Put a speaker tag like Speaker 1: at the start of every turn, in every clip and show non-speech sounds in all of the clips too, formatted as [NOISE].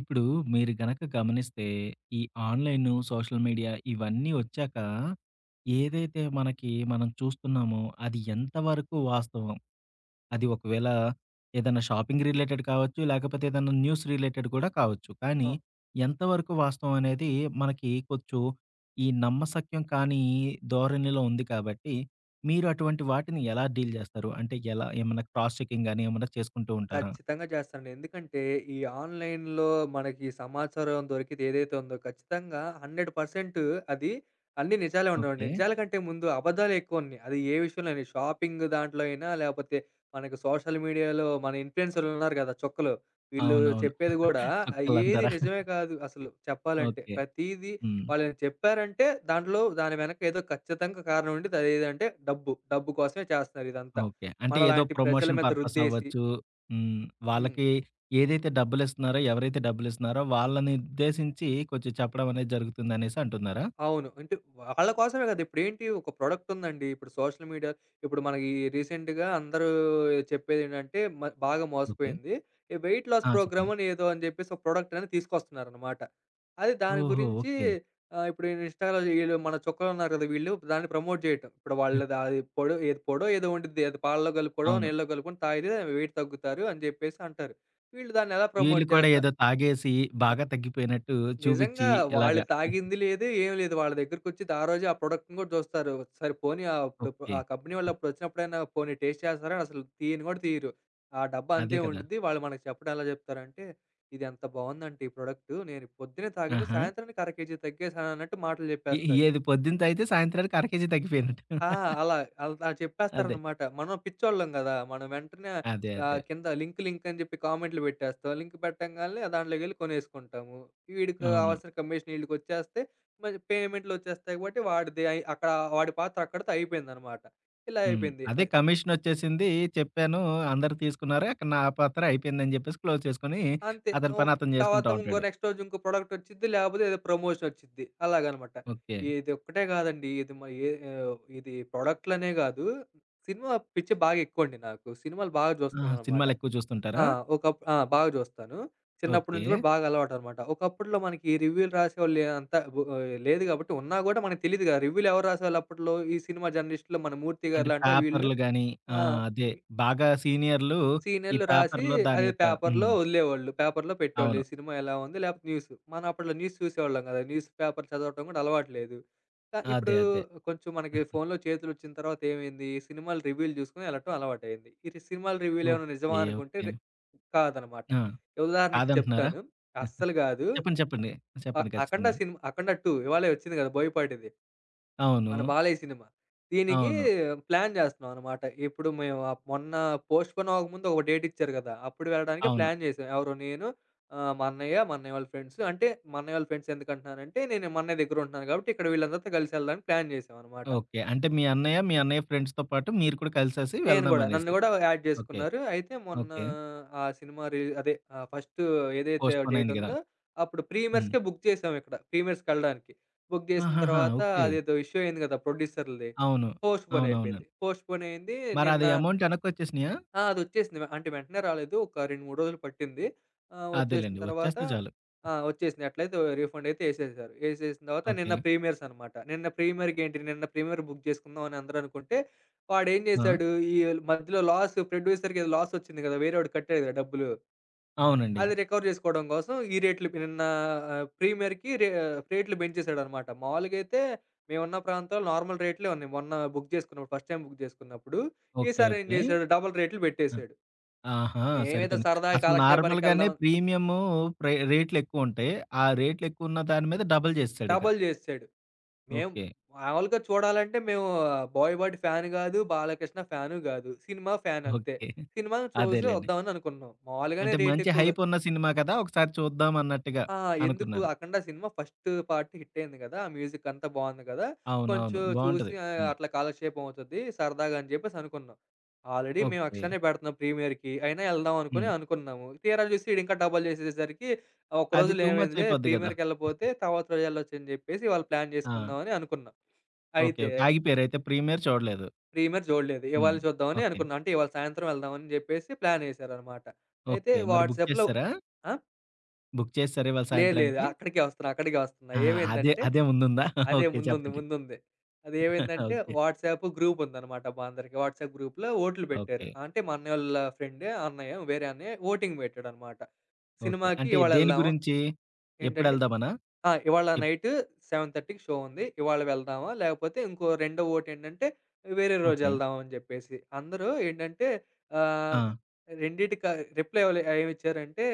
Speaker 1: ఇప్పుడు మీరు గనక గమనిస్తే, ఈ ఆన్‌లైను, సోషల్ మీడియా ఇవన్నీ వచ్చాక, ఏదైతే మనకి మనం చూస్తున్నామో అది ఎంతవరకు వాస్తవం? అది ఒకవేళ ఏదైనా షాపింగ్ రిలేటెడ్ కావచ్చు, లేకపోతే ఏదైనా న్యూస్ రిలేటెడ్ కూడా కావచ్చు. కానీ
Speaker 2: ఆ!
Speaker 1: ఎంతవరకు వాస్తవం అనేది మనకి కొంచెం ఈ నమ్మశక్యం కాని ధోరణిలో ఉంది కాబట్టి, మీరు అటువంటి వాటిని ఎలా డీల్ చేస్తారు? అంటే ఎలా ఏమన్నా క్రాస్ చెకింగ్ గాని ఏమన్నా చేసుకుంటూ ఉంటారా?
Speaker 2: ఖచ్చితంగా చేస్తానండి. ఎందుకంటే, ఈ ఆన్‌లైన్‌లో మనకి ఈ సమాచారం దొరికేది ఏదైతే ఉందో ఖచ్చితంగా 100% అది అన్నీ నిజాలే ఉండవండి.
Speaker 1: ఓకే.
Speaker 2: నిజాల కంటే ముందు అబద్ధాలే ఎక్కువ ఉన్నాయి. అది ఏ విషయంలోని షాపింగ్ దాంట్లో అయినా, లేపోతే మనకు సోషల్ మీడియాలో మన ఇన్‌ఫ్లుయెన్సర్‌లు ఉన్నారు గదా! చుక్కలు. వీళ్ళు
Speaker 1: అవునవును.
Speaker 2: చెప్పేది గూడా ఏది
Speaker 1: చుక్కలంటారా?
Speaker 2: నిజమే కాదు అసలు చెప్పాలంటే.
Speaker 1: ఓకే.
Speaker 2: ప్రతీదీ
Speaker 1: హ్మ్.
Speaker 2: వాళ్ళేమైనా చెప్పారంటే దాంట్లో దాని వెనక ఏదో ఖచ్చితంగా కారణం ఉండిద్ది. అదేదంటే డబ్బు. డబ్బు కోసమే చేస్తున్నారు ఇదంతా.
Speaker 1: ఓకే. అంటే ఏదో
Speaker 2: మనలాంటి ప్రజల
Speaker 1: ప్రమోషన్
Speaker 2: మీద
Speaker 1: పర్పస్
Speaker 2: రుద్దేసి
Speaker 1: అవ్వచ్చు. హ్మ్.
Speaker 2: హ్మ్.
Speaker 1: వాళ్ళకి ఏదైతే డబ్బులిస్తున్నారో, ఎవరైతే డబ్బులిస్తున్నారో వాళ్ళని ఉద్దేశించి కొంచెం చెప్పడం అనేది జరుగుతుందనేసి అంటున్నారా?
Speaker 2: అవును. అంటే వాళ్ళ కోసమే గదా! ఇప్పుడేంటి ఒక ప్రొడక్ట్ ఉందండి. ఇప్పుడు సోషల్ మీడియా ఇప్పుడు మనకి రీసెంట్‌గా అందరూ చెప్పేదేంటంటే బాగా
Speaker 1: ఓకే.
Speaker 2: మోసపోయింది. ఈ వెయిట్ లాస్
Speaker 1: ఆ! చెప్పండి.
Speaker 2: ప్రోగ్రామ్ అని ఏదో అని జెప్పేసి ఒక ప్రొడక్ట్ అనేది తీసుకొస్తున్నారనమాట. అది దాని
Speaker 1: ఓహో!
Speaker 2: గురించి
Speaker 1: ఓకే.
Speaker 2: ఇప్పుడు ఇన్‌స్టాలో ఈళ్ళు మన చుక్కలున్నారు గదా! వీళ్ళు దాన్ని ప్రమోట్ చేయటం. ఇప్పుడు వాళ్ళది అది పొడో ఏదో ఉండిద్ది. అది పాలలో కలుపుకోవడం,
Speaker 1: అవును.
Speaker 2: నీళ్ళలో కలుపుకొని తాగితే వెయిట్ తగ్గుతారు అని జెప్పేసి అంటారు. వీళ్ళు దాన్ని ఎలా
Speaker 1: వీళ్ళు
Speaker 2: ప్రమోట్
Speaker 1: కూడా
Speaker 2: చేస్తున్నారు
Speaker 1: ఏదో తాగేసి బాగా తగ్గిపోయినట్టు చూపిచ్చి
Speaker 2: నిజంగా వాళ్ళు
Speaker 1: ఇలాగా.
Speaker 2: తాగింది లేదు, ఏం లేదు. వాళ్ళ దగ్గరికొచ్చి ఆ రోజే ఆ ప్రొడక్ట్‌ని గూడా జూస్తారు. సరే పోనీ అప్పుడు
Speaker 1: ఓకే.
Speaker 2: ఆ కంపెనీ వాళ్ళు అప్పుడొచ్చినప్పుడైనా పోనీ టేస్ట్ చేస్తారా? అసలు తీయను గూడా తీయరు. ఆ డబ్బా
Speaker 1: అదే
Speaker 2: అంతే
Speaker 1: కదా!
Speaker 2: ఉండిద్ది. వాళ్ళు మనకు చెప్పడం ఎలా జెప్తారంటే, "ఇది ఎంత బావుందంటే ఈ ప్రొడక్టు. నేను పొద్దున్నే తాగాను.
Speaker 1: ఆహా!
Speaker 2: సాయంత్రానికి అర కేజీ తగ్గేసానన్నట్టు" మాటలు
Speaker 1: ఏ
Speaker 2: జెప్పేస్తారు.
Speaker 1: ఏది పొద్దునతయితే సాయంత్రానికి అర కేజీ తగ్గిపోయినట్టు.
Speaker 2: ఆ! అలా అల్ అలా
Speaker 1: అదే.
Speaker 2: చెప్పేస్తారనమాట. మనం పిచ్చోళ్ళం గదా! మనం వెంటనే
Speaker 1: అదే. అదే.
Speaker 2: కింద లింక్ లింక్ అని జెప్పి కామెంట్‌లు పెట్టేస్తాం. లింక్ పెట్టంగాల్నే దాంట్లోకెళ్ళి కొనేసుకుంటాము. వీడికి
Speaker 1: అవును.
Speaker 2: కావాల్సిన కమిషన్ ఈళ్ళకొచ్చేస్తే మరి పేమెంట్‌లొచ్చేస్తాయి కాబట్టి వాడిది అయి అక్కడ వాడి పాత్ర అక్కడితో అయిపోయిందనమాట. ఇలా
Speaker 1: హ్మ్.
Speaker 2: అయిపోయింది.
Speaker 1: అదే కమిషనొచ్చేసింది. చెప్పాను. అందరూ తీసుకున్నారు. అక్కడ నా పాత్ర అయిపోయిందని జెప్పేసి క్లోజ్ చేసుకొని,
Speaker 2: అంతే.
Speaker 1: అతని
Speaker 2: ఓహ్!
Speaker 1: పని అతను
Speaker 2: తర్వాత
Speaker 1: జేసుకుంటా ఉంటాడు.
Speaker 2: నెక్స్ట్ రోజు ఇంకో ప్రొడక్ట్ వచ్చిద్ది. లేకపోతే ఏదో ప్రమోషన్ వచ్చిద్ది. అలాగనమాట.
Speaker 1: ఓకే.
Speaker 2: ఇదొక్కటే కాదండి. ఇది మ ఏ ఆహ్, ఇది ప్రొడక్ట్‌లనే కాదు. సినిమా పిచ్చి బాగా ఎక్కువండి నాకు. సినిమాలు బాగా
Speaker 1: ఆహా!
Speaker 2: చూస్తాననమాట.
Speaker 1: సినిమాలెక్కువ
Speaker 2: ఆ!
Speaker 1: చూస్తుంటారా?
Speaker 2: ఒకప్ ఆ! బాగా చూస్తాను. చిన్నప్పటి
Speaker 1: ఓకే.
Speaker 2: నుంచి కూడా బాగా అలవాటనమాట. ఒకప్పట్లో మనకి రివ్యూలు రాసేవాళ్ళు లేదు కాబట్టి ఉన్నా కూడా మనకు తెలీదుగా రివ్యూలు ఎవరు రాసేవాళ్ళు అప్పట్లో? ఈ సినిమా జర్నలిస్ట్‌లు మన మూర్తి గారు
Speaker 1: అంటే
Speaker 2: లాంటోళ్ళు వీళ్ళు.
Speaker 1: పేపర్‌లు గాని ఆ!
Speaker 2: ఆ!
Speaker 1: అదే బాగా సీనియర్‌లు ఈ
Speaker 2: సీనియర్‌లు రాసి
Speaker 1: పేపర్‌లో దాని
Speaker 2: అది
Speaker 1: యొక్క
Speaker 2: పేపర్‌లో
Speaker 1: హ్మ్.
Speaker 2: వదిలేవాళ్ళు. పేపర్‌లో పెట్టేవాళ్ళు.
Speaker 1: అవును.
Speaker 2: ఈ సినిమా ఎలా ఉంది లేకపోతే న్యూస్. మనం అప్పట్లో న్యూస్ చూసేవాళ్ళం కదా! న్యూస్ పేపర్ చదవటం కూడా అలవాటు లేదు.
Speaker 1: అదే.
Speaker 2: ఇప్పుడు
Speaker 1: అదే.
Speaker 2: కొంచెం మనకి ఫోన్‌లో చేతులొచ్చిన తర్వాత ఏమైంది? సినిమాల రివ్యూలు చూసుకొని వెళ్ళటం అలవాటయింది. ఈ సినిమాల రివ్యూలు ఏమైనా నిజమా
Speaker 1: ఓకే.
Speaker 2: అనుకుంటే
Speaker 1: ఓకే.
Speaker 2: కాదనమాట.
Speaker 1: ఆ!
Speaker 2: ఉదాహరణకి
Speaker 1: కాదంటున్నారా?
Speaker 2: చెప్తాను. అస్సలు కాదు.
Speaker 1: చెప్పండి. చెప్పండి. చెప్పండి
Speaker 2: 'అఖండ'
Speaker 1: ఖచ్చితంగా.
Speaker 2: సినిమా 'అఖండ 2' ఇవాళే వచ్చింది కదా! బోయపాటిది.
Speaker 1: అవును.
Speaker 2: మన 'బాలయ్య' సినిమా. దీనికి
Speaker 1: అవును.
Speaker 2: ప్లాన్ జేస్తున్నాం అన్నమాట. ఇప్పుడు మేము మొన్న పోస్ట్‌పోన్ అవ్వకముందు ఒక డేట్ ఇచ్చారు గదా! అప్పుడు వెళ్ళడానికి
Speaker 1: అవును.
Speaker 2: ప్లాన్ జేసాం. ఎవరు నేను, మా అన్నయ్య వాళ్ళ ఫ్రెండ్స్. అంటే మా అన్నయ్య వాళ్ళ ఫ్రెండ్స్ ఎందుకంటున్నానంటే, నేను మా అన్నయ్య దగ్గర ఉంటున్నాను గాబట్టి, ఇక్కడ వీళ్ళందరితో కలిసి ఎళ్ళడానికి ప్లాన్ జేసామన్నమాట.
Speaker 1: ఓకే. అంటే మీ అన్నయ్య, మీ అన్నయ్య ఫ్రెండ్స్‌తో పాటు మీరు కూడా కలిసేసి
Speaker 2: నేను గూడా. నన్ను
Speaker 1: వెళ్దామనేసి.
Speaker 2: గూడా యాడ్
Speaker 1: ఓకే.
Speaker 2: జేసుకున్నారు. అయితే మొన్న
Speaker 1: ఓకే.
Speaker 2: ఆ సినిమా రి అదే ఆహ్, ఫస్ట్ ఏదైతే
Speaker 1: పోస్ట్‌పోన్ అయింది గదా!
Speaker 2: డేటుందో అప్పుడు
Speaker 1: హ్మ్.
Speaker 2: ప్రీమియర్స్‌కే బుక్ చేసాం ఇక్కడ. ప్రీమియర్స్‌కెళ్ళడానికి. బుక్ జేసిన
Speaker 1: ఆహాహా!
Speaker 2: తర్వాత
Speaker 1: ఓకే.
Speaker 2: అదేదో ఇష్యూ అయింది గదా! ప్రొడ్యూసర్‌లది.
Speaker 1: అవును.
Speaker 2: పోస్ట్‌పోన్
Speaker 1: అవునవును.
Speaker 2: అయిపోయింది. పోస్ట్‌పోన్ అయింది. నిన్న
Speaker 1: మరది అమౌంట్ ఎనక్కొచ్చేసినియా?
Speaker 2: ఆ! అదొచ్చేసింది. అంటే వెంటనే రాలేదు. ఒక 2, 3 రోజులు పట్టింది. వచ్చేసిన
Speaker 1: అదేలెండి.
Speaker 2: తర్వాత
Speaker 1: వచ్చేస్తే చాలు.
Speaker 2: ఆ! వచ్చేసింది. ఎట్లయితే రీఫండ్ అయితే ఏసేశారు. ఏసేసిన తర్వాత
Speaker 1: ఓకే.
Speaker 2: నిన్న ప్రీమియర్స్ అనమాట. నిన్న ప్రీమియర్‌కేంటి నిన్న ప్రీమియర్ బుక్ జేసుకుందాం అని అందరూ అనుకుంటే, వాడేం
Speaker 1: ఆ!
Speaker 2: జేశాడు ఈ మధ్యలో లాస్ ప్రొడ్యూసర్‌కి ఏదో లాస్ వచ్చింది గదా! వేరేవాడు కట్టాడు గదా! డబ్బులు.
Speaker 1: అవునండి.
Speaker 2: అది రికవర్ జేసుకోవడం కోసం ఈ రేట్లు నిన్న ఆహ్, ప్రీమియర్‌కి రే రేట్లు పెంచేసాడనమాట. మామూలుగైతే మేమున్న ప్రాంతంలో నార్మల్ రేట్లే ఉన్నాయి. మొన్న బుక్ జేసుకున్నప్పుడు ఫస్ట్ టైమ్ బుక్ జేసుకున్నప్పుడు.
Speaker 1: ఓకే.
Speaker 2: ఈసారి ఏం
Speaker 1: ఓకే.
Speaker 2: జేశాడు డబుల్ రేట్లు
Speaker 1: ఆ!
Speaker 2: పెట్టేసాడు.
Speaker 1: ఆహా!
Speaker 2: మేమేదో
Speaker 1: సరిపోయింది.
Speaker 2: సరదాగా
Speaker 1: అసలు
Speaker 2: కాలక్షేపానికి
Speaker 1: నార్మల్‌గానే
Speaker 2: వెళ్దాం
Speaker 1: ప్రీమియము ప్రే రేట్‌లెక్కువుంటాయి. ఆ రేట్‌లెక్కువున్న దాని మీద డబుల్ జేసేసాడిక.
Speaker 2: డబల్ చేసేసాడు. మేము
Speaker 1: ఓకే.
Speaker 2: మామూలుగా చూడాలంటే మేము బాయ్ బడ్ ఫ్యాన్ కాదు, బాలకృష్ణ ఫ్యాను కాదు. సినిమా ఫ్యాన్ అంతే.
Speaker 1: ఓకే.
Speaker 2: సినిమాని చూసి
Speaker 1: అదేలెండి.
Speaker 2: వద్దామని అనుకున్నాం. మామూలుగానే
Speaker 1: అంటే
Speaker 2: రేట్
Speaker 1: మంచి
Speaker 2: ఎక్కువ.
Speaker 1: హైపున్న సినిమా కదా! ఒకసారి చూద్దాం అన్నట్టుగా
Speaker 2: ఆ! ఎందుకు
Speaker 1: అనుకున్నారు.
Speaker 2: 'Akhanda' cinema first part hit అయింది కదా! ఆ మ్యూజిక్ అంతా బాగుంది కదా!
Speaker 1: అవునవును.
Speaker 2: కొంచెం చూసి
Speaker 1: బావుంటది సినిమా.
Speaker 2: అట్లా కాలక్షేపం అవుతది సరదాగా అని చెప్పేసి అనుకున్నాం. ఆల్రెడీ మేము
Speaker 1: ఓకే.
Speaker 2: 'అక్షరానే' పెడుతున్నాం ప్రీమియర్‌కి. అయినా ఎళ్దాం
Speaker 1: హ్మ్.
Speaker 2: అనుకున్నాము. తీరా చూసి ఈడు ఇంకా డబల్ చేసేసరికి ఒక
Speaker 1: అది
Speaker 2: రోజులో
Speaker 1: టూ మచ్
Speaker 2: ఏమైందిలే
Speaker 1: అయిపోద్ది గదా!
Speaker 2: ప్రీమియర్‌కెళ్ళపోతే తర్వాత రోజు ఎళ్ళొచ్చు అని చెప్పేసి ఇవాళ ప్లాన్
Speaker 1: ఆ!
Speaker 2: చేసుకుందామని అనుకున్నాం.
Speaker 1: ఓకే.
Speaker 2: అయితే
Speaker 1: ఓకే. ఆగిపోయారైతే ప్రీమియర్ చూడలేదు.
Speaker 2: ప్రీమియర్ చూడలేదు.
Speaker 1: హ్మ్.
Speaker 2: ఇవాళ చూద్దామని
Speaker 1: ఓకే.
Speaker 2: అనుకున్నాం. అంటే ఇవాళ సాయంత్రం వెళ్దామని చెప్పేసి ప్లానేసారనమాట. అయితే
Speaker 1: ఓకే. మరి బుక్
Speaker 2: వాట్సాప్‌లో
Speaker 1: చేసేసారా?
Speaker 2: ఆ!
Speaker 1: బుక్ చేసేసారా ఇవాళ
Speaker 2: లేదు లేదు.
Speaker 1: సాయంత్రానికి?
Speaker 2: అక్కడికే వస్తున్నా.
Speaker 1: ఆ! అదే,
Speaker 2: ఏమైందంటే
Speaker 1: అదే ముందుందా? [LAUGHS]
Speaker 2: అదే
Speaker 1: ఓకే.
Speaker 2: ముందుంది.
Speaker 1: చెప్పండి.
Speaker 2: అదేమైందంటే
Speaker 1: ఓకే.
Speaker 2: వాట్సాప్ గ్రూప్ ఉందనమాట మా అందరికి. వాట్సాప్ గ్రూప్‌లో ఓట్లు పెట్టారు.
Speaker 1: ఓకే.
Speaker 2: అంటే మా అన్నయ్యోళ్ళ ఫ్రెండే అన్నయ్య వేరే అన్నయ్య ఓటింగ్ పెట్టాడనమాట.
Speaker 1: ఓకే.
Speaker 2: సినిమాకి
Speaker 1: అంటే
Speaker 2: ఇవాళ
Speaker 1: దేని
Speaker 2: ఎళ్దామా
Speaker 1: గురించి?
Speaker 2: ఏంటండి?
Speaker 1: ఎప్పుడెళ్దామనా?
Speaker 2: ఆ! ఇవాళ
Speaker 1: ఎప్
Speaker 2: నైట్ 7:30కి షో ఉంది. ఇవాళ వెళ్దామా? లేకపోతే ఇంకో రెండో ఓటేంటంటే వేరే రోజు
Speaker 1: ఓకే.
Speaker 2: వెళ్దాం అని చెప్పేసి. అందరూ ఏంటంటే
Speaker 1: ఆ!
Speaker 2: ఆహ్, రెండిటిక రిప్లై ఎవలు ఏమిచ్చారంటే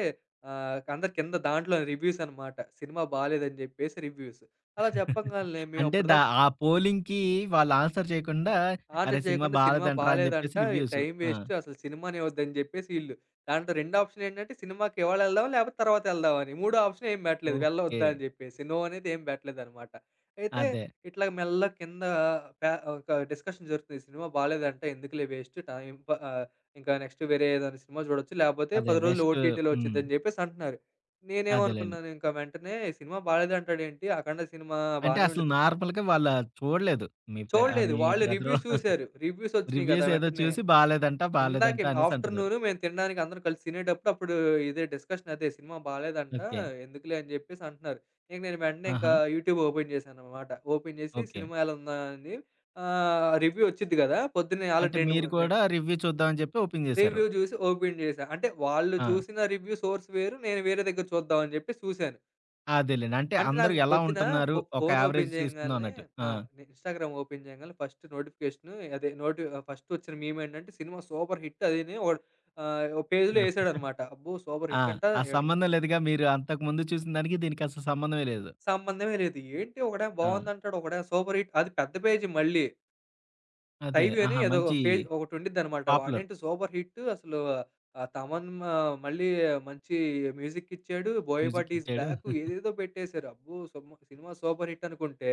Speaker 2: అందరు కింద దాంట్లో రివ్యూస్ అనమాట. సినిమా బాలేదని చెప్పేసి రివ్యూస్. అలా
Speaker 1: [LAUGHS]
Speaker 2: చెప్పంగాల్నే
Speaker 1: అంటే
Speaker 2: మేమప్పటిదాకా
Speaker 1: ఆ పోలింగ్‌కి వాళ్ళు ఆన్సర్ చేయకుండా అరే!
Speaker 2: ఆన్సర్
Speaker 1: సినిమా
Speaker 2: చేయకుండా సినిమా
Speaker 1: బాలేదంటరా అని చెప్పేసి
Speaker 2: బాలేదంట,
Speaker 1: రివ్యూస్.
Speaker 2: టైం
Speaker 1: ఆ!
Speaker 2: వేస్ట్ అసలు సినిమానే వద్దని జెప్పేసి ఈళ్ళు. దాంట్లో రెండో ఆప్షన్ ఏంటంటే సినిమాకి ఇవాళ యెళ్దాం లేపోతే తర్వాత యెళ్దాం అని. మూడో ఆప్షన్ ఏం బెట్టలేదు
Speaker 1: ఓకే.
Speaker 2: వెళ్ళొద్దా అని జెప్పేసి. నో అనేది ఏం బెట్టలేదనమాట. అయితే
Speaker 1: అదే.
Speaker 2: ఇట్లా మెల్లగా కింద ఒక డిస్కషన్ జరుగుతుంది. సినిమా బాలేదంట ఎందుకులే వేస్ట్ ఇంకా నెక్స్ట్ వేరే ఏదైనా సినిమా జూడొచ్చు. లేపోతే
Speaker 1: అదే.
Speaker 2: 10 రోజులు
Speaker 1: బెస్ట్
Speaker 2: ఓటీటీలో
Speaker 1: హ్మ్.
Speaker 2: వచ్చిద్దని జెప్పేసి అంటున్నారు.
Speaker 1: అదేలెండి.
Speaker 2: నేనేమనుకున్నాను ఇంకా వెంటనే సినిమా బాలేదంటాడేంటి? అఖండ సినిమా
Speaker 1: అంటే
Speaker 2: బానే
Speaker 1: అసలు
Speaker 2: ఉండిద్ది
Speaker 1: నార్మల్‌గా వాళ్ళ చూడలేదు. మీ
Speaker 2: చూడలేదు.
Speaker 1: మీ
Speaker 2: వాళ్ళు
Speaker 1: బ్రదరో
Speaker 2: రివ్యూస్
Speaker 1: [LAUGHS]
Speaker 2: చూసారు. రివ్యూస్ వచ్చినియి గదా!
Speaker 1: రివ్యూస్ ఏదో
Speaker 2: వెంటనే.
Speaker 1: చూసి బాలేదంట, బాలేదంట
Speaker 2: ఇందాకే
Speaker 1: అనేసి అంటున్నారు.
Speaker 2: ఆఫ్టర్‌నూన్ మేము తినడానికి అందరం కలిసి తినేటప్పుడు అప్పుడు ఇదే డిస్కషన్ అదే సినిమా బాలేదంట.
Speaker 1: ఓకే.
Speaker 2: ఎందుకులే అని జెప్పేసి అంటున్నారు. ఇంక నేను వెంటనే ఇంకా
Speaker 1: ఆహా!
Speaker 2: యూట్యూబ్ ఓపెన్ చేశాననమాట. ఓపెన్ చేసి
Speaker 1: ఓకే.
Speaker 2: సినిమా ఎలా ఉందా అని రివ్యూ వచ్చిద్ది గదా! పొద్దున్నే
Speaker 1: అంటే
Speaker 2: ఆల్రెడీ 2,
Speaker 1: మీరు
Speaker 2: 3 నేను
Speaker 1: కూడా రివ్యూ చూద్దాం అని చెప్పి ఓపెన్ చేశారు.
Speaker 2: రివ్యూ చూసి ఓపెన్ చేశా. అంటే వాళ్ళు
Speaker 1: ఆ!
Speaker 2: చూసిన రివ్యూ సోర్స్ వేరు. నేను వేరే దగ్గర చూద్దాం అని జెప్పేసి చూశాను.
Speaker 1: అదేలెండి. అంటే
Speaker 2: అంటే
Speaker 1: అందరూ
Speaker 2: నాకు
Speaker 1: ఎలా
Speaker 2: పొద్దున
Speaker 1: ఉంటున్నారు, ఒక
Speaker 2: ఫోన్
Speaker 1: యావరేజ్
Speaker 2: ఓపెన్
Speaker 1: తీసుకుందాం
Speaker 2: చేయంగాల్నే
Speaker 1: అన్నట్టు. ఆ!
Speaker 2: ఆ! నేను ఇన్‌స్టాగ్రామ్ ఓపెన్ చేయంగాల్నే ఫస్ట్ నోటిఫికేషను అదే నోటి ఆహ్, ఫస్ట్ వచ్చిన మీమ్ ఏంటంటే సినిమా సూపర్ హిట్ అదిని వాడు ఓ పేజ్‌లో
Speaker 1: ఆ!
Speaker 2: ఏసాడనమాట. అబ్బో! సూపర్
Speaker 1: ఆ!
Speaker 2: హిట్ అంట.
Speaker 1: ఆ
Speaker 2: ఎట్ల్
Speaker 1: సంబంధం లేదుగా మీరు అంతకుముందు చూసిన దానికి, దీనికి అసలు సంబంధమే లేదు.
Speaker 2: సంబంధమే లేదు. ఏంటి ఒకడేమో
Speaker 1: ఆ!
Speaker 2: బావుందంటాడు. ఒకడేమో సూపర్ హిట్ అది పెద్ద పేజీ మళ్ళీ.
Speaker 1: అదే.
Speaker 2: 'టైమ్' అని
Speaker 1: ఆహా!
Speaker 2: ఏదో ఒక
Speaker 1: మంచి
Speaker 2: పేజ్ ఒకటుండిద్దనమాట.
Speaker 1: పాపులర్
Speaker 2: వాడేంటి సూపర్ హిట్ అసలు ఆహ్, తమన్ ఆహ్, మళ్ళీ మంచి మ్యూజిక్ ఇచ్చాడు.
Speaker 1: మ్యూజిక్
Speaker 2: 'బోయపాటి ఈస్
Speaker 1: ఇచ్చాడు.
Speaker 2: బ్యాక్' ఏదేదో పెట్టేశారు. అబ్బో! సుమ సినిమా సూపర్ హిట్ అనుకుంటే,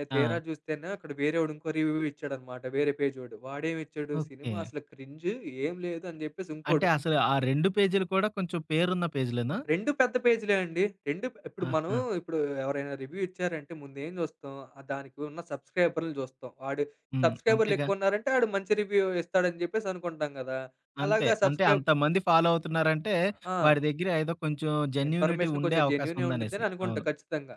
Speaker 1: ఆ!
Speaker 2: తీరా చూస్తేనే అక్కడ వేరేవాడు ఇంకో రివ్యూ ఇచ్చాడనమాట. వేరే పేజోడు. వాడేమిచ్చాడు?
Speaker 1: ఓకే.
Speaker 2: సినిమా అసలు క్రింజ్ ఏం లేదు అని చెప్పేసి
Speaker 1: అంటే
Speaker 2: ఇంకోడు.
Speaker 1: అసలు ఆ 2 పేజీలు కూడా కొంచెం పేరున్న పేజీలేనా?
Speaker 2: 2 పెద్ద పేజీలే అండి. 2 ఇప్పుడు మనం
Speaker 1: ఆహా!
Speaker 2: ఇప్పుడు ఎవరైనా రివ్యూ ఇచ్చారంటే ముందేం జూస్తాం, దానికి ఉన్న సబ్‌స్క్రైబర్‌లని జూస్తాం.
Speaker 1: హ్మ్.
Speaker 2: సబ్‌స్క్రైబర్‌లు
Speaker 1: అంతేగా.
Speaker 2: ఎక్కువున్నారంటే ఆడు మంచి రివ్యూ ఇస్తాడని జెప్పేసి అనుకుంటాం గదా!
Speaker 1: అంతే.
Speaker 2: అలాగా
Speaker 1: అంటే
Speaker 2: సబ్‌స్క్రైబ్
Speaker 1: అంతమంది ఫాలో అవుతున్నారంటే,
Speaker 2: ఆ!
Speaker 1: వాడి దగ్గర ఏదో కొంచెం జెన్యూనిటీ
Speaker 2: ఇన్ఫర్మేషన్
Speaker 1: ఉండే
Speaker 2: కొంచెం
Speaker 1: అవకాశం
Speaker 2: జెన్యూనే
Speaker 1: ఉందనేసి.
Speaker 2: ఉండిద్దని అనుకుంటా
Speaker 1: అవును.
Speaker 2: ఖచ్చితంగా.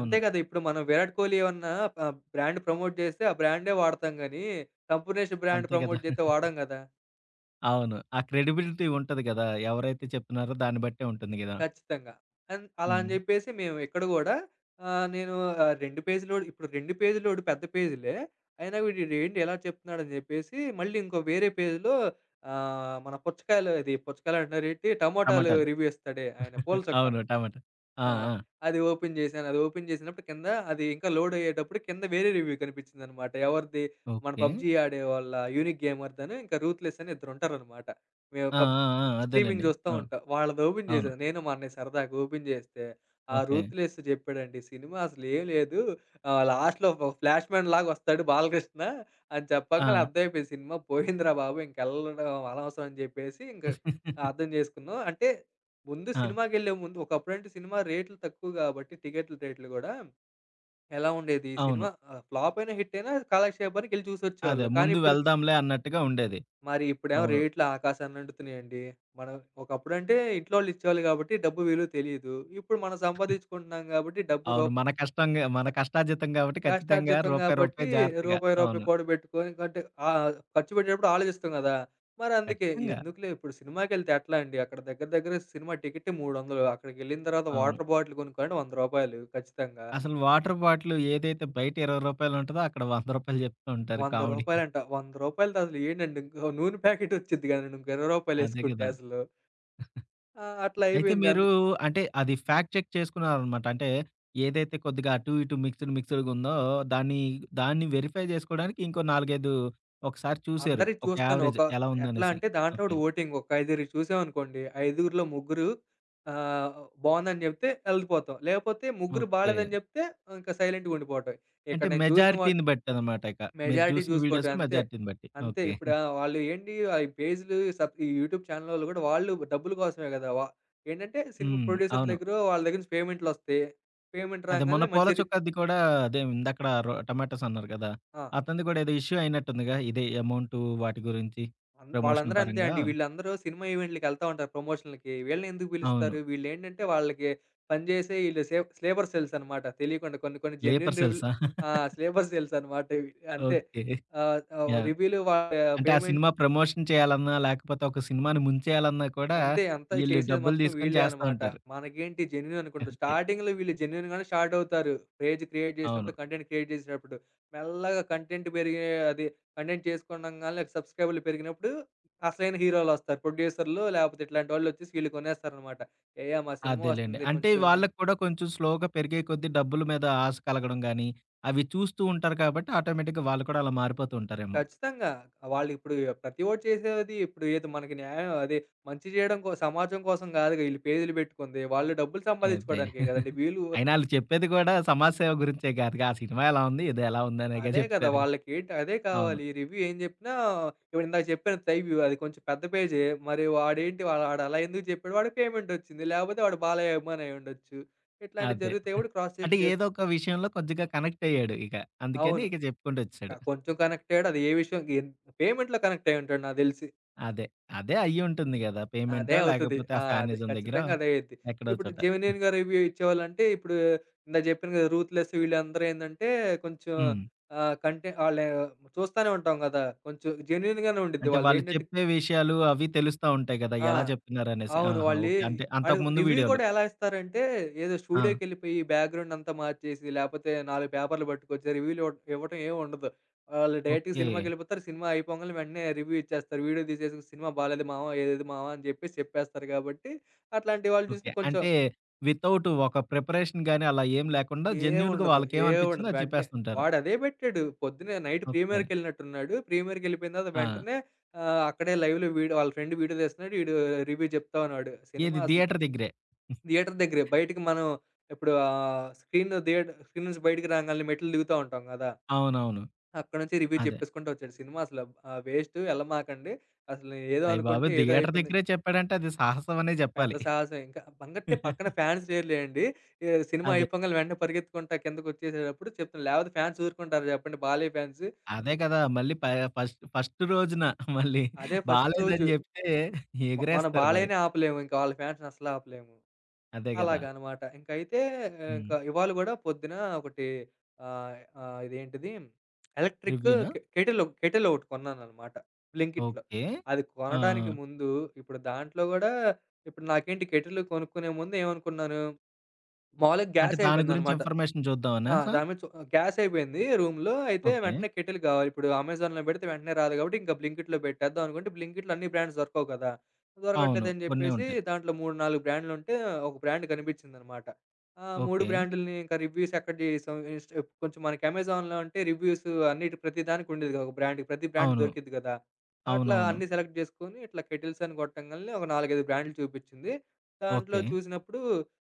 Speaker 2: అంతే గదా! ఇప్పుడు మనం విరాట్ కోహ్లీ ఏమన్నా బ్రాండ్ ప్రమోట్ జేస్తే ఆ బ్రాండే వాడతాం గానీ, కంపెనీ నేషన్ బ్రాండ్
Speaker 1: అంతే గదా!
Speaker 2: ప్రమోట్ జేత్తే వాడం గదా!
Speaker 1: అవును. ఆ క్రెడిబిలిటీ ఉంటది గదా! ఎవరైతే చెప్తున్నారో దాన్ని బట్టే ఉంటుంది గదా!
Speaker 2: ఖచ్చితంగా. అలా అని
Speaker 1: హ్మ్.
Speaker 2: జెప్పేసి మేము ఇక్కడ గూడా ఆహ్, నేను 2 పేజీలోడు ఇప్పుడు 2 పేజీలోడు పెద్ద పేజీలే. అయినా వీడీడేంటి ఇలా చెప్తున్నాడని జెప్పేసి మళ్ళీ ఇంకో వేరే పేజీలో మన పుచ్చకాయలు అది పుచ్చకాయలంటున్నారేంటి? టమోటాలు
Speaker 1: టమాటాలు.
Speaker 2: రివ్యూ ఇస్తాడే ఆయన పూల
Speaker 1: [LAUGHS]
Speaker 2: చొక్క.
Speaker 1: అవును. టమాటా. ఆ!
Speaker 2: ఆ!
Speaker 1: ఆ!
Speaker 2: అది ఓపెన్ చేశాను. అది ఓపెన్ చేసినప్పుడు కింద అది ఇంకా లోడ్ అయ్యేటప్పుడు కింద వేరే రివ్యూ కనిపించిందనమాట. ఎవరిది మన
Speaker 1: ఓకే.
Speaker 2: పబ్‌జీ ఆడేవాళ్ళ యూనిక్ గేమర్‌దని ఇంకా రూత్‌లెస్ అని ఇద్దరుంటారనమాట. మేము
Speaker 1: ఆ!
Speaker 2: పబ్
Speaker 1: ఆ! ఆ!
Speaker 2: స్ట్రీమింగ్
Speaker 1: అదేలెండి.
Speaker 2: చూస్తా
Speaker 1: ఆ!
Speaker 2: ఉంటాం. వాళ్ళది ఓపెన్
Speaker 1: అవును.
Speaker 2: చేశాను. నేను మా అన్నయ్య సరదాగా ఓపెన్ చేస్తే, ఆ
Speaker 1: ఓకే.
Speaker 2: రూత్‌లెస్ చెప్పాడండి సినిమా అసలేం లేదు. లాస్ట్‌లో ఒక ఫ్లాష్ మ్యాన్ లాగా వస్తాడు బాలకృష్ణ అని చెప్పంగానే
Speaker 1: ఆ!
Speaker 2: అర్థమైపోయింది సినిమా పోయిందిరా బాబు ఇంకెళ్ళడం అనవసరం అని చెప్పేసి ఇంక అర్థం
Speaker 1: [LAUGHS]
Speaker 2: చేసుకున్నాం. అంటే ముందు
Speaker 1: ఆ!
Speaker 2: సినిమాకెళ్ళే ముందు ఒకప్పుడంటే సినిమా రేట్లు తక్కువ గాబట్టి టికెట్ల రేట్లు గూడా ఎలా ఉండేది.
Speaker 1: అవును.
Speaker 2: సినిమా ఫ్లాప్ అయినా, హిట్ అయినా కాలక్షేపానికెళ్ళి
Speaker 1: అదే.
Speaker 2: చూసొచ్చేవాళ్ళం. కానీ
Speaker 1: ముందు
Speaker 2: ఇప్పుడు
Speaker 1: వెళ్దాంలే అన్నట్టుగా ఉండేది.
Speaker 2: మరి ఇప్పుడేమో
Speaker 1: అవును.
Speaker 2: రేట్లు ఆకాశాన్ని అంటుతున్నాయండి. మనం ఒకప్పుడంటే ఇంట్లో వాళ్ళిచ్చేవాళ్ళు గాబట్టి డబ్బు విలువ తెలీదు. ఇప్పుడు మనం సంపాదించుకుంటున్నాం గాబట్టి డబ్బు
Speaker 1: అవును.
Speaker 2: రూప
Speaker 1: మన కష్టంగా మన కష్టార్జితం గాబట్టి ఖచ్చితంగా
Speaker 2: కష్టార్జితం
Speaker 1: రూపాయి,
Speaker 2: గాబట్టి,
Speaker 1: రూపాయి జాగ్రత్తగా.
Speaker 2: రూపాయి, రూపాయి
Speaker 1: అవును.
Speaker 2: కూడబెట్టుకొని అంటే ఆహ్, ఖర్చు పెట్టేటప్పుడు ఆలోచిస్తాం గదా! మరి అందుకే
Speaker 1: ఖచ్చితంగా.
Speaker 2: ఎందుకులే ఇప్పుడు సినిమాకెళ్తే ఎట్లా అండి? అక్కడ దగ్గర దగ్గర సినిమా టికెట్టే 300 అక్కడికెళ్ళిన తర్వాత
Speaker 1: అవును.
Speaker 2: వాటర్ బాటిల్ కొనుక్కోవాలంటే రూ. 100 ఖచ్చితంగా.
Speaker 1: అసలు వాటర్ బాటిల్ ఏదైతే బయట రూ. 20 ఉంటదో అక్కడ రూ. 100 చెప్తూ
Speaker 2: రూ.
Speaker 1: ఉంటారు కామెడీ.
Speaker 2: 100 100 రూపాయలతో అసలు ఏంటండి? ఇంకో నూనె ప్యాకెట్ ఒచ్చిద్ది గదండీ! ఇంకో రూ. 20
Speaker 1: అదే
Speaker 2: ఏసుకుంటే
Speaker 1: కదా!
Speaker 2: అసలు. ఆ! అట్లా
Speaker 1: అయితే మీరు
Speaker 2: అయిపోయింది.
Speaker 1: అంటే అది ఫ్యాక్ట్ చెక్ చేసుకున్నారనమాట. అంటే ఏదైతే కొద్దిగా అటు ఇటు మిక్స్‌డ్‌గా ఉందో దాన్ని, దాన్ని వెరిఫై చేసుకోవడానికి ఇంకో 4, 5 ఒకసారి చూసారు.
Speaker 2: అందరియి
Speaker 1: ఒక
Speaker 2: చూస్తాను.
Speaker 1: యావరేజ్ ఎలా
Speaker 2: ఎట్లా
Speaker 1: ఉందనేసి.
Speaker 2: అంటే దాంట్లో
Speaker 1: ఓకే.
Speaker 2: గూడా ఓటింగ్ ఒక ఐదుగురివి చూసామనుకోండి, ఐదుగురిలో ముగ్గురు ఆహ్, బావుందని జెప్తే ఎళ్ళిపోతాం. లేపోతే ముగ్గురు
Speaker 1: ఓకే.
Speaker 2: బాలేదని జెప్తే ఇంక సైలెంట్‌గా ఉండిపోవటమే.
Speaker 1: అంటే
Speaker 2: ఇక్కడ నేను చూసిన వాట్
Speaker 1: మెజారిటీని బట్టనమాట ఇక. మీరు
Speaker 2: మెజారిటీ
Speaker 1: చూసిన
Speaker 2: జూసుకోవటమే
Speaker 1: వీడియోస్‌లో
Speaker 2: అంతే.
Speaker 1: మెజారిటీని బట్టి.
Speaker 2: అంతే
Speaker 1: ఓకే.
Speaker 2: ఇప్పుడు ఆహ్, వాళ్ళు ఏంటి ఆహ్, ఈ పేజులు సబ్ ఈ యూట్యూబ్ ఛానలోళ్ళు గూడా వాళ్ళు డబ్బుల కోసమే గదా! ఏంటంటే సినిమా
Speaker 1: హ్మ్.
Speaker 2: ప్రొడ్యూసర్
Speaker 1: అవును.
Speaker 2: దగ్గరో వాళ్ళ దగ్గర నుంచి పేమెంట్‌లొస్తాయి. పేమెంట్
Speaker 1: అదే మొన్న
Speaker 2: రాంగాల్నే
Speaker 1: పూల
Speaker 2: మంచి రి
Speaker 1: చొక్కాది కూడా అదే ఇందాకడ టమాటోస్ అన్నారు కదా!
Speaker 2: ఆ!
Speaker 1: అతనిది కూడా ఏదో ఇష్యూ అయినట్టుందిగా. ఇదే అమౌంటు వాటి గురించి
Speaker 2: అంద్
Speaker 1: ప్రమోషన్
Speaker 2: వాళ్ళందరూ అంతే
Speaker 1: పరంగా.
Speaker 2: అండి. వీళ్ళందరూ సినిమా ఈవెంట్‌లకెళ్తా ఉంటారు ప్రమోషన్‌లకి. వీళ్ళనెందుకు
Speaker 1: అవును.
Speaker 2: పిలుస్తారు? వీళ్ళేంటంటే వాళ్ళకి పనిచేసే ఈళ్ళు సేవ్ స్లేబర్ సెల్స్ అనమాట. తెలియకుండా కొన్ని కొన్ని
Speaker 1: లేపర్
Speaker 2: జెన్యూన్ రివ్యూలు
Speaker 1: సెల్సా?
Speaker 2: ఆ! స్లేబర్ సెల్స్ అనమాట ఇవి. అంతే.
Speaker 1: ఓకే.
Speaker 2: ఆహ్, ఆహ్,
Speaker 1: యాహ్!
Speaker 2: రివ్యూలు వాళ్ళ
Speaker 1: అంటే ఆ
Speaker 2: పేమెంట్
Speaker 1: సినిమా ప్రమోషన్ చేయాలన్నా, లేకపోతే ఒక సినిమాని ముంచేయాలన్నా కూడా
Speaker 2: అంతే. అంతా
Speaker 1: ఈళ్ళు
Speaker 2: చేసేది
Speaker 1: డబ్బులు
Speaker 2: మొత్తం
Speaker 1: తీసుకొని
Speaker 2: వీళ్ళే
Speaker 1: చేస్తా
Speaker 2: అనమాట.
Speaker 1: ఉంటారు.
Speaker 2: మనకేంటి జెన్యూన్ అనుకుంటాం.
Speaker 1: ఓకే.
Speaker 2: స్టార్టింగ్‌లో వీళ్ళు జెన్యూన్‌గానే స్టార్ట్ అవుతారు. పేజ్ క్రియేట్
Speaker 1: అవును.
Speaker 2: చేసినప్పుడు, కంటెంట్ క్రియేట్ చేసేటప్పుడు. మెల్లగా కంటెంట్ పెరిగే అది కంటెంట్ చేసుకునంగాల్నే సబ్‌స్క్రైబర్‌లు పెరిగినప్పుడు అసలైన హీరోలొస్తారు. ప్రొడ్యూసర్‌లు లేపోతే ఇట్లాంటోళ్ళొచ్చేసి వీళ్ళు కొనేస్తారనమాట. "ఏయ! మా సినిమా
Speaker 1: అదేలెండి.
Speaker 2: వస్తుంది
Speaker 1: అంటే
Speaker 2: కొంచెం మం"
Speaker 1: వాళ్ళకి కూడా కొంచెం స్లోగా పెరిగే కొద్దీ డబ్బుల మీద ఆశ కలగడం గాని, అవి చూస్తూ ఉంటారు కాబట్టి ఆటోమేటిక్‌గా వాళ్ళు కూడా అలా మారిపోతూ ఉంటారేమో.
Speaker 2: ఖచ్చితంగా. వాళ్ళిప్పుడు ప్రతి ఓటి చేసేది ఇప్పుడు ఏదో మనకి న్యాయం అదే మంచి చేయడం సమాజం కోసం కాదుగా ఈళ్ళు పేజీలు పెట్టుకుంది. వాళ్ళు డబ్బులు
Speaker 1: అదే.
Speaker 2: సంపాదించుకోవడానికే కదండీ!
Speaker 1: అయినా ఆళ్ళు చెప్పేది గూడా సమాజ సేవ గురించే కాదుగా. ఆ సినిమా ఎలా ఉంది, ఇది ఎలా ఉందనేగా
Speaker 2: అదే కదా!
Speaker 1: చెప్తారు.
Speaker 2: వాళ్ళకేంటి అదే
Speaker 1: అవును.
Speaker 2: కావాలి. రివ్యూ ఏం జెప్పినా ఇప్పుడు ఇందాక చెప్పాను త్రైవ్యూ అది కొంచెం పెద్ద పేజే. మరి వాడేంటి ఆడు అలా ఎందుకు జెప్పాడు? వాడికి పేమెంటొచ్చింది. లేపోతే వాడు బాలయ్య అభిమాని అయ్యుండొచ్చు. ఇట్లాంటివి
Speaker 1: అదే.
Speaker 2: జరుగుతాయి కాబట్టి క్రాస్
Speaker 1: అంటే
Speaker 2: చెక్ చేసు
Speaker 1: ఏదో ఒక విషయంలో కొద్దిగా కనెక్ట్ అయ్యాడు ఇక. అందుకని
Speaker 2: అవును.
Speaker 1: ఇక చెప్పుకుంటొచ్చేసాడు.
Speaker 2: కొంచెం కనెక్టయ్యాడు. అది ఏ విషయం పేమెంట్‌లో కనెక్ట్ అయ్యుంటాడు నాకు దెలిసి.
Speaker 1: అదే. అదే అయ్యుంటుంది గదా!
Speaker 2: అదే
Speaker 1: పేమెంటో
Speaker 2: అవుతది.
Speaker 1: లేకపోతే ఆ
Speaker 2: ఆ! అదే
Speaker 1: ఫ్యానిజం దగ్గర
Speaker 2: ఖచ్చితంగా అదే అయ్యిద్ది.
Speaker 1: ఎక్కడో
Speaker 2: ఇప్పుడు
Speaker 1: చోట.
Speaker 2: జెన్యూన్‌గా రివ్యూ ఇచ్చేవాళ్ళంటే ఇప్పుడు ఇందాక జెప్పాను గదా! 'రూత్‌లెస్' వీళ్ళందరూ ఏందంటే కొంచెం
Speaker 1: హ్మ్.
Speaker 2: ఆహ్, కంటె ఆళ్ళ చూస్తానే ఉంటాం గదా! కొంచెం జెన్యూన్‌గానే ఉండిద్ది.
Speaker 1: అంటే వాళ్ళు
Speaker 2: వాళ్ళదేంటంటే
Speaker 1: చెప్పే విషయాలు అవి తెలుస్తా ఉంటాయి గదా!
Speaker 2: ఆ!
Speaker 1: ఎలా చెప్తున్నారనేసి.
Speaker 2: అవును.
Speaker 1: ఆహా! ఓకే. అంటే
Speaker 2: ఆడు
Speaker 1: అంతకుముందు
Speaker 2: రివ్యూ
Speaker 1: వీడియోలు.
Speaker 2: గూడా ఎలా ఇస్తారంటే, ఏదో
Speaker 1: ఆ!
Speaker 2: స్టూడియోకెళ్ళిపోయి బ్యాక్‌గ్రౌండ్ అంతా మార్చేసి, లేపోతే 4 పేపర్లు పట్టుకొచ్చి రివ్యూలు ఇవ్వటం ఏమి ఉండదు. వాళ్ళు డైరెక్ట్‌గా
Speaker 1: ఓకే.
Speaker 2: సినిమాకెళ్ళిపోతారు. సినిమా అయిపోంగాల్నే వెంటనే రివ్యూ ఇచ్చేస్తారు. వీడియో తీసేసి, "సినిమా బాలేదు మావ, ఏదేది మావ" అని జెప్పేసి చెప్పేస్తారు గాబట్టి, అట్లాంటి వాళ్ళు
Speaker 1: ఓకే.
Speaker 2: చూస్తే కొంచెం
Speaker 1: అంటే వితౌట్ ఒక ప్రిపరేషన్ గాని అలా ఏం లేకుండా జెన్యూన్‌గా
Speaker 2: ఏవుండదు.
Speaker 1: వాళ్ళకేమనిపించిందో అది
Speaker 2: వెంటనే
Speaker 1: చెప్పేస్తుంటారు.
Speaker 2: వాడదే బెట్టాడు. పొద్దున్నే నైట్
Speaker 1: ఓకే.
Speaker 2: ప్రీమియర్‌కెళ్ళినట్టున్నాడు. ప్రీమియర్‌కెళ్ళిపోయిన తర్వాత
Speaker 1: ఆ!
Speaker 2: వెంటనే అక్కడే లైవ్‌లో వాళ్ళ ఫ్రెండ్ వీడియో తీస్తున్నాడు. ఈడు రివ్యూ జెప్తా ఉన్నాడు. సినిమా
Speaker 1: ఏది
Speaker 2: అసలు
Speaker 1: థియేటర్ దగ్గరే.
Speaker 2: థియేటర్ దగ్గరే. బయటికి మనం ఇప్పుడు ఆహ్, స్క్రీన్ థియేటర్ స్క్రీన్ నుంచి బయటికి రాంగాల్నే మెట్లు దిగుతా ఉంటాం గదా!
Speaker 1: అవునవును.
Speaker 2: అక్కడి నుంచి రివ్యూ
Speaker 1: అదే.
Speaker 2: చెప్పేసుకుంటూ వచ్చాడు. వేస్టు ఎళ్ళమాకండి. అసలు ఏదో అనుకుంటే
Speaker 1: అయ్యబాబోయ్!
Speaker 2: ఏదో
Speaker 1: థియేటర్
Speaker 2: అయిపోయింది.
Speaker 1: దగ్గరే చెప్పాడంటే అది సాహసం అనే
Speaker 2: పెద్ద
Speaker 1: జెప్పాలి.
Speaker 2: సాహసం ఇంకా. బంగట్టే పక్కన ఫ్యాన్స్ లేరులేండి. ఈ సినిమా
Speaker 1: అదే.
Speaker 2: అయిపోగానే వెంటనే పరిగెత్తుకుంటా కిందకొచ్చేసేటప్పుడు చెప్తున్నా. లేపోతే ఫ్యాన్స్ ఊరుకుంటారా చెప్పండి బాలయ్య ఫ్యాన్స్.
Speaker 1: అదే కదా! మళ్ళీ ఫస్ట్ ఫస్ట్ రోజున మళ్ళీ
Speaker 2: అదే ఫస్ట్
Speaker 1: బాలేదని
Speaker 2: రోజు.
Speaker 1: జెప్తే
Speaker 2: మనం
Speaker 1: ఎగిరేస్తారు మరి.
Speaker 2: బాలయ్యనే ఆపలేము. ఇంకా వాళ్ళ ఫ్యాన్స్‌ని అస్సలు ఆపలేము.
Speaker 1: అదే గదా!
Speaker 2: అలాగనమాట. ఇంకైతే
Speaker 1: హ్మ్.
Speaker 2: ఇంక ఇవాళ గూడా పొద్దున ఒకటి ఆహ్, ఆహ్, ఇదేంటిది ఎలక్ట్రిక్
Speaker 1: రివ్యూనా?
Speaker 2: కెటిల్ కెటిల్ ఒకటి కొన్నాననమాట బ్లింకిట్‌లో.
Speaker 1: ఓకే.
Speaker 2: అది
Speaker 1: ఆ! ఆ!
Speaker 2: కొనడానికి ముందు ఇప్పుడు దాంట్లో గూడా ఇప్పుడు నాకేంటి కెటిల్ కొనుక్కునే ముందు ఏమనుకున్నాను, మామూలుగా
Speaker 1: అంటే
Speaker 2: గ్యాసే
Speaker 1: దాని గురించి
Speaker 2: అయిపోయిందనమాట.
Speaker 1: ఇన్ఫర్మేషన్ చూద్దామనా
Speaker 2: ఆ!
Speaker 1: సా?
Speaker 2: దాని మీద చు గ్యాస్ అయిపోయింది రూమ్‌లో. అయితే
Speaker 1: ఓకే.
Speaker 2: వెంటనే కెటిల్ కావాలి. ఇప్పుడు అమెజాన్‌లో పెడితే వెంటనే రాదు కాబట్టి ఇంకా బ్లింకిట్‌లో పెట్టేద్దాం అనుకుంటే బ్లింకిట్‌లో అన్ని బ్రాండ్స్ దొరకవు కదా!
Speaker 1: అవును.
Speaker 2: దొరకట్లేదని
Speaker 1: కొన్నే
Speaker 2: చెప్పేసి
Speaker 1: ఉంటాయి.
Speaker 2: దాంట్లో 3, 4 బ్రాండ్‌లుంటే ఒక బ్రాండ్ కనిపించిందనమాట. ఆ 3
Speaker 1: ఓకే.
Speaker 2: బ్రాండ్‌లని ఇంకా రివ్యూస్ ఎక్కడ చేసాం ఇన్‌స్ట కొంచెం మనకి అమెజాన్‌లో అంటే రివ్యూస్ అన్నిటి ప్రతి దానికి ఉండేది కదా! ఒక బ్రాండ్‌కి ప్రతి బ్రాండ్
Speaker 1: అవును.
Speaker 2: దొరికిద్ది కదా! అట్లా
Speaker 1: అవునవును.
Speaker 2: అన్నీ సెలెక్ట్ చేసుకొని ఇట్లా కెటిల్స్ అని కొట్టంగాల్నే ఒక 4, 5 బ్రాండ్‌లు చూపించింది. దాంట్లో
Speaker 1: ఓకే.
Speaker 2: చూసినప్పుడు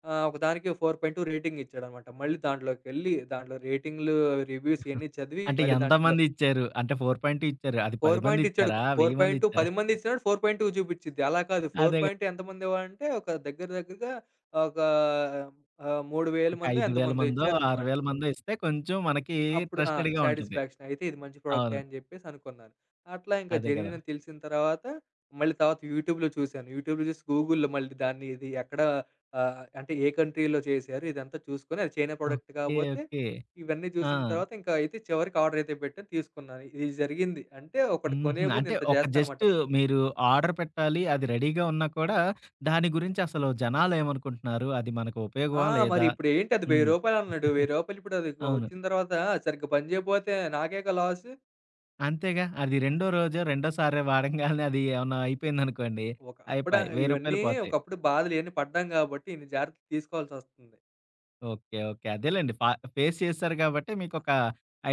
Speaker 2: ఆ! ఒకదానికి 4.2 రేటింగ్ ఇచ్చాడనమాట. మళ్ళీ దాంట్లోకెళ్ళి దాంట్లో రేటింగ్‌లు, రివ్యూస్ ఇయన్నీ చదివి
Speaker 1: అంటే
Speaker 2: మళ్ళీ దాంట్లో
Speaker 1: ఎంతమంది ఇచ్చారు? అంటే 4.2 ఇచ్చారు. అది 10
Speaker 2: 4
Speaker 1: మంది
Speaker 2: పాయింట్ ఇచ్చాడు.
Speaker 1: ఇచ్చారా? 1000 మంది
Speaker 2: 4.2
Speaker 1: ఇచ్చారా?
Speaker 2: 10 మంది ఇచ్చినప్పుడు 4.2 చూపిచ్చిద్ది. అలా కాదు
Speaker 1: అదే గదా!
Speaker 2: 4.2 ఎంతమంది ఇవ్వాలంటే ఒక దగ్గర దగ్గరగా ఒక 3,000
Speaker 1: ఒక
Speaker 2: మందో
Speaker 1: 5000
Speaker 2: ఎంతమందో
Speaker 1: మందో,
Speaker 2: ఇచ్చారనమాట.
Speaker 1: 6000 మందో ఇస్తే కొంచెం మనకి
Speaker 2: అప్పుడు ఆ!
Speaker 1: ట్రస్టెడ్‌గా ఉంటది.
Speaker 2: సాటిస్‌ఫాక్షన్. అయితే ఇది మంచి ప్రొడక్టే
Speaker 1: అవును.
Speaker 2: అని జెప్పేసి అనుకున్నాను. అట్లా ఇంకా
Speaker 1: అదే గదా!
Speaker 2: జెన్యూన్ అని తెలిసిన తర్వాత మళ్ళీ తర్వాత యూట్యూబ్‌లో చూసాను. యూట్యూబ్‌లో చూసి గూగుల్‌లో మళ్ళీ దాన్ని ఇది ఎక్కడ అంటే ఏ కంట్రీలో చేశారు ఇదంతా చూసుకొని అది చైనా ప్రొడక్ట్
Speaker 1: ఓకే.
Speaker 2: కాపోతే
Speaker 1: ఓకే.
Speaker 2: ఇవన్నీ
Speaker 1: ఆ!
Speaker 2: చూసిన తర్వాత ఇంకా అయితే చివరికి ఆర్డర్ అయితే పెట్టాను తీసుకున్నాను. ఇది జరిగింది. అంటే ఒకటి
Speaker 1: హుహు.
Speaker 2: కొనే ముందు
Speaker 1: అంటే
Speaker 2: ఇంత
Speaker 1: ఒక
Speaker 2: చేస్తానన్నమాట.
Speaker 1: జస్ట్ మీరు ఆర్డర్ పెట్టాలి. అది రెడీగా ఉన్నా కూడా దాని గురించి అసలు జనాలేమనుకుంటున్నారు? అది మనకు
Speaker 2: ఆ!
Speaker 1: ఉపయోగమా?
Speaker 2: మరి
Speaker 1: లేదా?
Speaker 2: ఇప్పుడు ఏంటి అది
Speaker 1: హ్మ్.
Speaker 2: రూ. 1000 అన్నాడు. రూ. 1000 ఇప్పుడు అది
Speaker 1: అవును.
Speaker 2: వచ్చిన తర్వాత సరిగ్గా పని చేయకపోతే నాకేగా లాసు.
Speaker 1: అంతేగా. అది రెండో రోజో, రెండోసారి వాడంగాల్నే అది ఏమన్నా అయిపోయిందనుకోండి,
Speaker 2: ఒక అప్పుడా
Speaker 1: అయిపాయి. రూ. 1000
Speaker 2: ఇవన్నీ
Speaker 1: పోతాయి.
Speaker 2: ఒకప్పుడు బాధలు ఇయన్నీ పడ్డాం గాబట్టి, ఇన్ని జాగ్రత్తలు తీసుకోవాల్సొస్తుంది.
Speaker 1: ఓకే. ఓకే. అదేలెండి. ఫేస్ చేశారు గాబట్టి మీకొక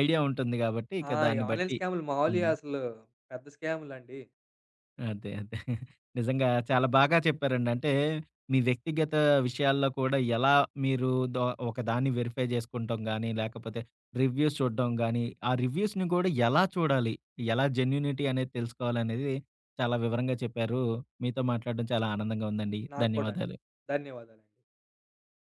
Speaker 1: ఐడియా ఉంటుంది గాబట్టి, ఇక
Speaker 2: ఆ! ఈ
Speaker 1: దాన్ని
Speaker 2: ఆన్‌లైన్
Speaker 1: బట్టి
Speaker 2: స్కామ్‌లు మామూలుయి
Speaker 1: హ్మ్.
Speaker 2: అసలు పెద్ద స్కామ్‌లండి.
Speaker 1: అదే. అదే. నిజంగా చాలా బాగా చెప్పారండి. అంటే మీ వ్యక్తిగత విషయాల్లో కూడా ఎలా మీరు ద ఒకదాన్ని వెరిఫై చేసుకుంటాం గానీ, లేకపోతే రివ్యూస్ చూడడం గానీ, ఆ రివ్యూస్‌ని కూడా ఎలా చూడాలి? ఎలా జెన్యూనిటీ అనేది తెలుసుకోవాలనేది చాలా వివరంగా చెప్పారు. మీతో మాట్లాడడం చాలా ఆనందంగా ఉందండి.
Speaker 2: నాకు కూడా అండి.
Speaker 1: ధన్యవాదాలు.
Speaker 2: ధన్యవాదాలండి.